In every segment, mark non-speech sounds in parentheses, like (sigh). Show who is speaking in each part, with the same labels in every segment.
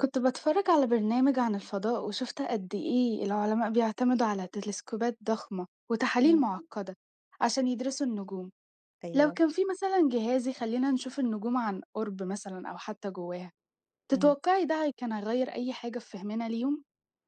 Speaker 1: كنت بتفرج على برنامج عن الفضاء وشفت قد إيه العلماء بيعتمدوا على تلسكوبات ضخمة وتحاليل
Speaker 2: آه.
Speaker 1: معقدة عشان يدرسوا النجوم. لو
Speaker 2: أيوه،
Speaker 1: كان في مثلا جهاز يخلينا نشوف النجوم عن قرب مثلا أو حتى جواها،
Speaker 2: إمم.
Speaker 1: تتوقعي ده كان هيغير أي حاجة في فهمنا ليهم؟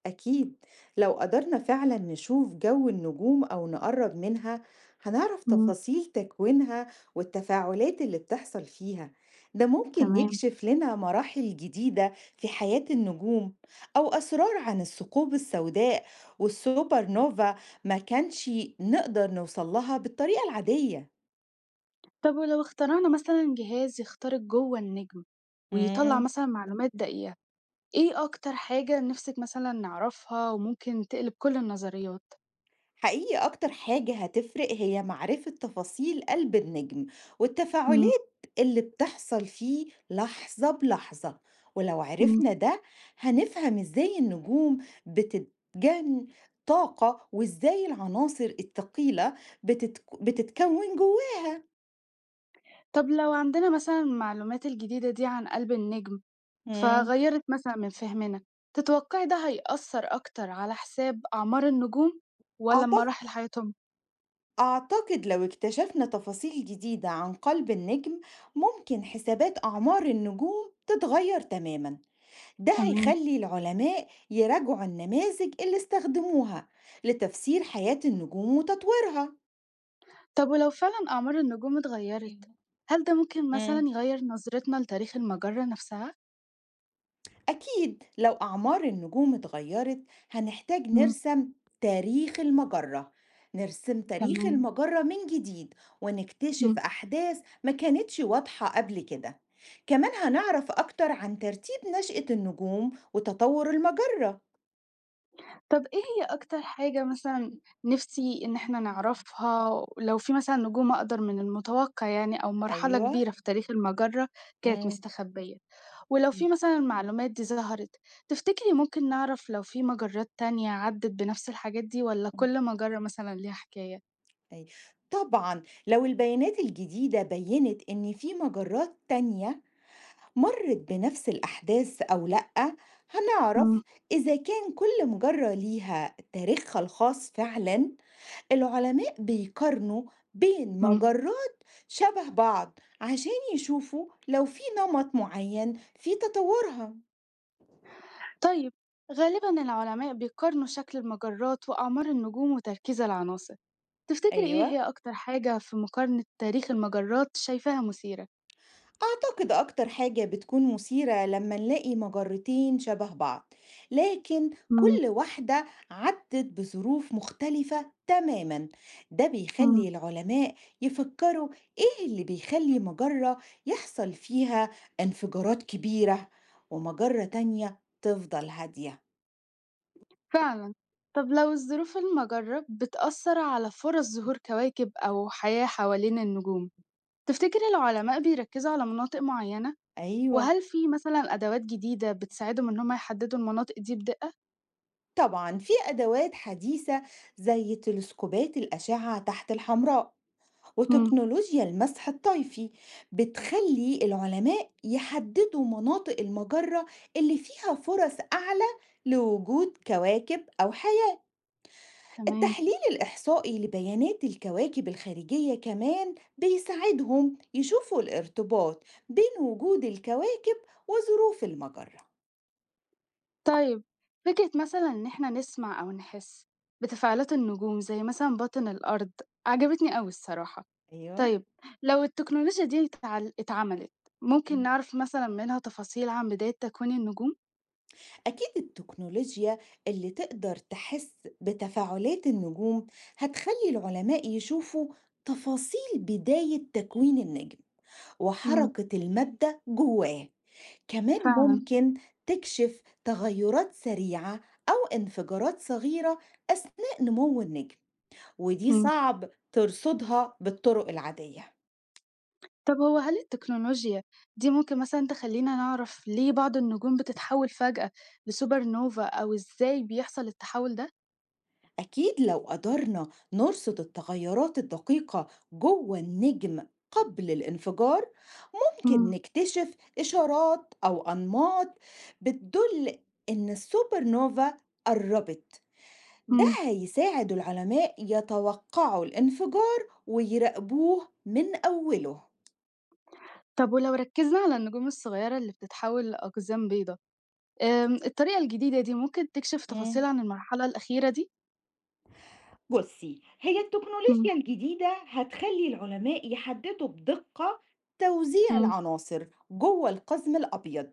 Speaker 2: أكيد، لو قدرنا فعلًا نشوف جو النجوم أو نقرّب منها، هنعرف
Speaker 1: امم
Speaker 2: تفاصيل تكوينها والتفاعلات اللي بتحصل فيها، ده ممكن
Speaker 1: تمام.
Speaker 2: يكشف لنا مراحل جديدة في حياة النجوم أو أسرار عن الثقوب السوداء والسوبر نوفا ما كانش نقدر نوصل لها بالطريقة العادية.
Speaker 1: طب ولو اخترعنا مثلا جهاز يخترق جوه النجم ويطلع
Speaker 2: إمم.
Speaker 1: مثلا معلومات دقيقة، ايه أكتر حاجة نفسك مثلا نعرفها وممكن تقلب كل النظريات؟
Speaker 2: حقيقي أكتر حاجة هتفرق هي معرفة تفاصيل قلب النجم والتفاعلات اللي بتحصل فيه لحظة بلحظة، ولو
Speaker 1: مم.
Speaker 2: عرفنا ده هنفهم إزاي النجوم بتتجن طاقة، وإزاي العناصر الثقيلة بتتكون جواه.
Speaker 1: طب لو عندنا مثلًا المعلومات الجديدة دي عن قلب النجم،
Speaker 2: مم.
Speaker 1: فغيّرت مثلًا من فهمنا، تتوقعي ده هيأثّر أكتر على حساب أعمار النجوم والّا
Speaker 2: أعتقد
Speaker 1: مراحل حياتهم؟
Speaker 2: أعتقد لو اكتشفنا تفاصيل جديدة عن قلب النجم ممكن حسابات أعمار النجوم تتغير تماماً. ده
Speaker 1: تمام.
Speaker 2: هيخلي العلماء يراجعوا النماذج اللي استخدموها لتفسير حياة النجوم وتطويرها.
Speaker 1: طب ولو فعلًا أعمار النجوم اتغيّرت، هل ده ممكن مثلًا
Speaker 2: امم
Speaker 1: يغيّر نظرتنا لتاريخ المجرة نفسها؟
Speaker 2: أكيد لو أعمار النجوم اتغيرت هنحتاج
Speaker 1: إمم،
Speaker 2: تاريخ المجرة نرسم تاريخ
Speaker 1: تمام.
Speaker 2: المجرة من جديد،
Speaker 1: إمم.
Speaker 2: ونكتشف أحداث ما كانتش واضحة قبل كده. كمان هنعرف أكتر عن ترتيب نشأة النجوم وتطور المجرة.
Speaker 1: طَب إيه هي أكتر حاجة مثلًا نِفْسي إن إحنا
Speaker 2: (laughs)
Speaker 1: نعرفها، لو في مثلًا نجوم أقدر من المتوقع يعني أو مرحلة
Speaker 2: أيوة.
Speaker 1: كبيرة في تاريخ المجرة كانت
Speaker 2: مم.
Speaker 1: مستخبية، ولو في مثلًا المعلومات دي ظهرت، تفتكري ممكن نعرف لو في مجرات تانية عدِّت بنفس الحاجات دي والّا
Speaker 2: إمم،
Speaker 1: كل مجرة مثلًا ليها حكاية؟
Speaker 2: أيوه، طبعًا لو البيانات الجديدة بيّنت إن في مجرات تانية مرّت بنفس الأحداث أو لأ،
Speaker 1: إمم،
Speaker 2: هنعرف إذا كان كل مجرة ليها تاريخها الخاص فعلًا. العلماء بيقارنوا بين
Speaker 1: إمم.
Speaker 2: مجرات شبه بعض عشان يشوفوا لو في نمط معيّن في تطورها.
Speaker 1: طيب غالبًا العلماء بيقارنوا شكل المجرات وأعمار النجوم وتركيز العناصر، تفتكري إيه
Speaker 2: أيوه.
Speaker 1: هي أكتر حاجة في مقارنة تاريخ المجرات شايفاها مثيرة؟
Speaker 2: أعتقد أكتر حاجة بتكون مثيرة لما نلاقي مجرتين شبه بعض، لكن
Speaker 1: إمم.
Speaker 2: كل واحدة عدت بظروف مختلفة تماما. ده
Speaker 1: إمم،
Speaker 2: بيخلي العلماء يفكروا إيه اللي بيخلي مجرة يحصل فيها انفجارات كبيرة ومجرة تانية تفضل هادية.
Speaker 1: فعلًا. طب لو الظروف المجرة بتأثّر على فرص ظهور كواكب أو حياة حوالين النجوم، تفتكر العلماء بيركّزوا على مناطق معيّنة؟
Speaker 2: أيوة،
Speaker 1: وهل في مثلًا أدوات جديدة بتساعدهم إن هم يحدّدوا المناطق دي بدقة؟
Speaker 2: طبعا في أدوات حديثة زي تلسكوبات الأشعة تحت الحمراء
Speaker 1: إمم،
Speaker 2: وتكنولوجيا المسح الطيفي بتخلي العلماء يحددوا مناطق المجرة اللي فيها فرص أعلى لوجود كواكب أو حياة.
Speaker 1: تمام.
Speaker 2: التحليل الإحصائي لبيانات الكواكب الخارجية كمان بيساعدهم يشوفوا الارتباط بين وجود الكواكب وظروف المجرة.
Speaker 1: طيب فكرة مثلًا إن إحنا نسمع أو نحس بتفاعلات النجوم زي مثلًا باطن الأرض، عجبتني أوي الصراحة.
Speaker 2: أيوه.
Speaker 1: طيب لو التكنولوجيا دي اتعملت، ممكن نعرف مثلًا منها تفاصيل عن بداية تكوين النجوم؟
Speaker 2: أكيد التكنولوجيا اللي تقدر تحس بتفاعلات النجوم هتخلي العلماء يشوفوا تفاصيل بداية تكوين النجم
Speaker 1: إمم.
Speaker 2: وحركة المادة جواه. كمان
Speaker 1: فعلًا،
Speaker 2: ممكن تكشف تغيرات سريعة أو انفجارات صغيرة أثناء نمو النجم، ودي
Speaker 1: إمم.
Speaker 2: صعب ترصدها بالطرق العادية.
Speaker 1: طب هو هل التكنولوجيا دي ممكن مثلًا تخلّينا نعرف ليه بعض النجوم بتتحوّل فجأة لسوبر نوفا أو إزاي بيحصل التحوّل ده؟
Speaker 2: أكيد لو قدرنا نرصد التغيرات الدقيقة جوه النجم قبل الانفجار ممكن
Speaker 1: إمم،
Speaker 2: نكتشف إشارات أو أنماط بتدل إن السوبر نوفا قربت. ده
Speaker 1: إمم.
Speaker 2: هيساعد العلماء يتوقعوا الانفجار ويراقبوه من أوله.
Speaker 1: طب ولو ركّزنا على النجوم الصغيّرة اللي بتتحوّل لأقزام بيضا، الطريقة الجديدة دي ممكن تكشف تفاصيل
Speaker 2: مم.
Speaker 1: عن المرحلة الأخيرة دي؟
Speaker 2: بصي، هي
Speaker 1: إمم،
Speaker 2: التكنولوجيا الجديدة هتخلي العلماء يحددوا بدقة توزيع
Speaker 1: إمم،
Speaker 2: العناصر جوه القزم الأبيض،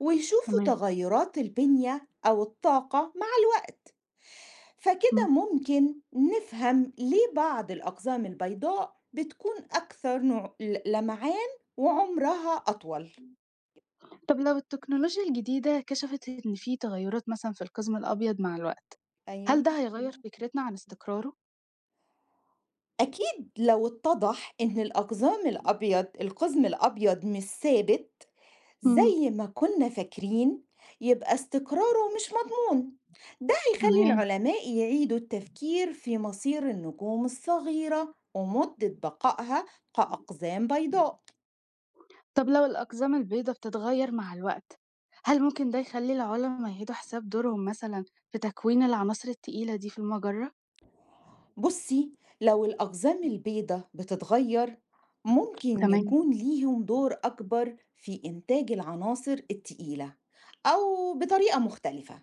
Speaker 2: ويشوفوا
Speaker 1: تمام،
Speaker 2: تغيرات البنية أو الطاقة مع الوقت. فكده
Speaker 1: إمم.
Speaker 2: ممكن نفهم ليه بعض الأقزام البيضاء بتكون أكثر لمعان وعمرها أطول.
Speaker 1: طب لو التكنولوجيا الجديدة كشفت إن في تغيّرات مثلًا في القزم الأبيض مع الوقت، هل
Speaker 2: أيوة.
Speaker 1: ده هيغيّر
Speaker 2: تمام.
Speaker 1: فكرتنا عن استقراره؟
Speaker 2: أكيد لو اتضح إن الأقزام الأبيض القزم الأبيض مش ثابت
Speaker 1: إمم،
Speaker 2: زي ما كنا فاكرين، يبقى استقراره مش مضمون. ده هيخلي
Speaker 1: تمام.
Speaker 2: العلماء يعيدوا التفكير في مصير النجوم الصغيرة ومدة بقائها كأقزام بيضاء.
Speaker 1: طب لو الأقزام البيضاء بتتغير مع الوقت، هل ممكن ده يخلي العلماء يهدوا حساب دورهم مثلا في تكوين العناصر التقيلة دي في المجرة؟
Speaker 2: بصي، لو الأقزام البيضاء بتتغير ممكن
Speaker 1: تمام.
Speaker 2: يكون ليهم دور أكبر في إنتاج العناصر التقيلة أو بطريقة مختلفة.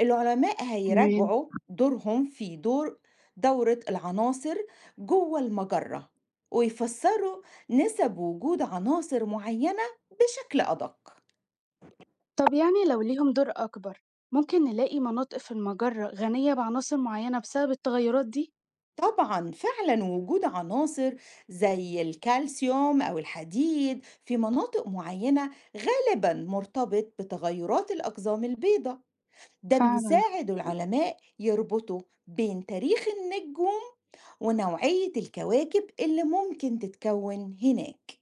Speaker 2: العلماء
Speaker 1: تمام.
Speaker 2: هيراجعوا دورهم في دورة العناصر جوه المجرة، ويفسروا نسب وجود عناصر معينة بشكل أدق.
Speaker 1: طب يعني لو ليهم دور أكبر، ممكن نلاقي مناطق في المجرة غنية بعناصر معينة بسبب التغيرات دي؟
Speaker 2: طبعا، فعلا وجود عناصر زي الكالسيوم أو الحديد في مناطق معينة غالبا مرتبط بتغيرات الأقزام البيضاء. ده
Speaker 1: فعلا.
Speaker 2: بيساعد العلماء يربطوا بين تاريخ النجوم ونوعية الكواكب اللي ممكن تتكون هناك.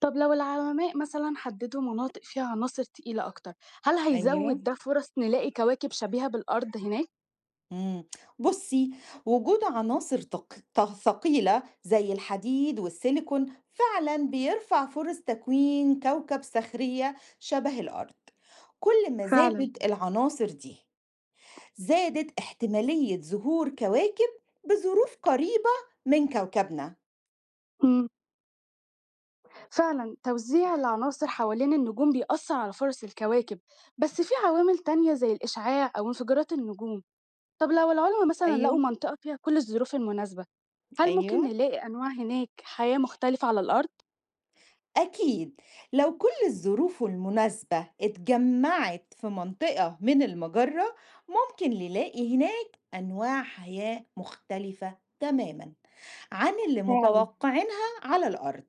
Speaker 1: طب لو العلماء مثلا حددوا مناطق فيها عناصر تقيلة أكتر، هل
Speaker 2: ايوه.
Speaker 1: هيزود ده فرص نلاقي كواكب شبيهة بالأرض هناك؟
Speaker 2: مم. بصي، وجود عناصر ثقيلة زي الحديد والسيليكون فعلا بيرفع فرص تكوين كوكب صخرية شبه الأرض. كل ما
Speaker 1: فعلا.
Speaker 2: زادت العناصر دي زادت احتمالية ظهور كواكب بظروف قريبة من كوكبنا.
Speaker 1: فعلا توزيع العناصر حوالين النجوم بيأثر على فرص الكواكب، بس في عوامل تانية زي الإشعاع أو انفجارات النجوم. طب لو العلماء مثلا لقوا
Speaker 2: ايوه،
Speaker 1: منطقة فيها كل الظروف المناسبة، هل ممكن
Speaker 2: ايوه،
Speaker 1: نلاقي أنواع هناك حياة مختلفة على الأرض؟
Speaker 2: أكيد لو كل الظروف المناسبة اتجمعت في منطقة من المجرة ممكن نلاقي هناك أنواع حياة مختلفة تماما عن اللي
Speaker 1: فعلا.
Speaker 2: متوقعينها على الأرض.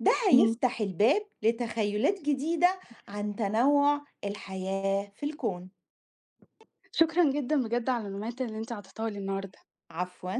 Speaker 2: ده
Speaker 1: مم.
Speaker 2: هيفتح الباب لتخيلات جديدة عن تنوع الحياة في الكون.
Speaker 1: شكرا جدا بجد على المعلومات اللي انت عطيتها لي النهاردة.
Speaker 2: عفواً.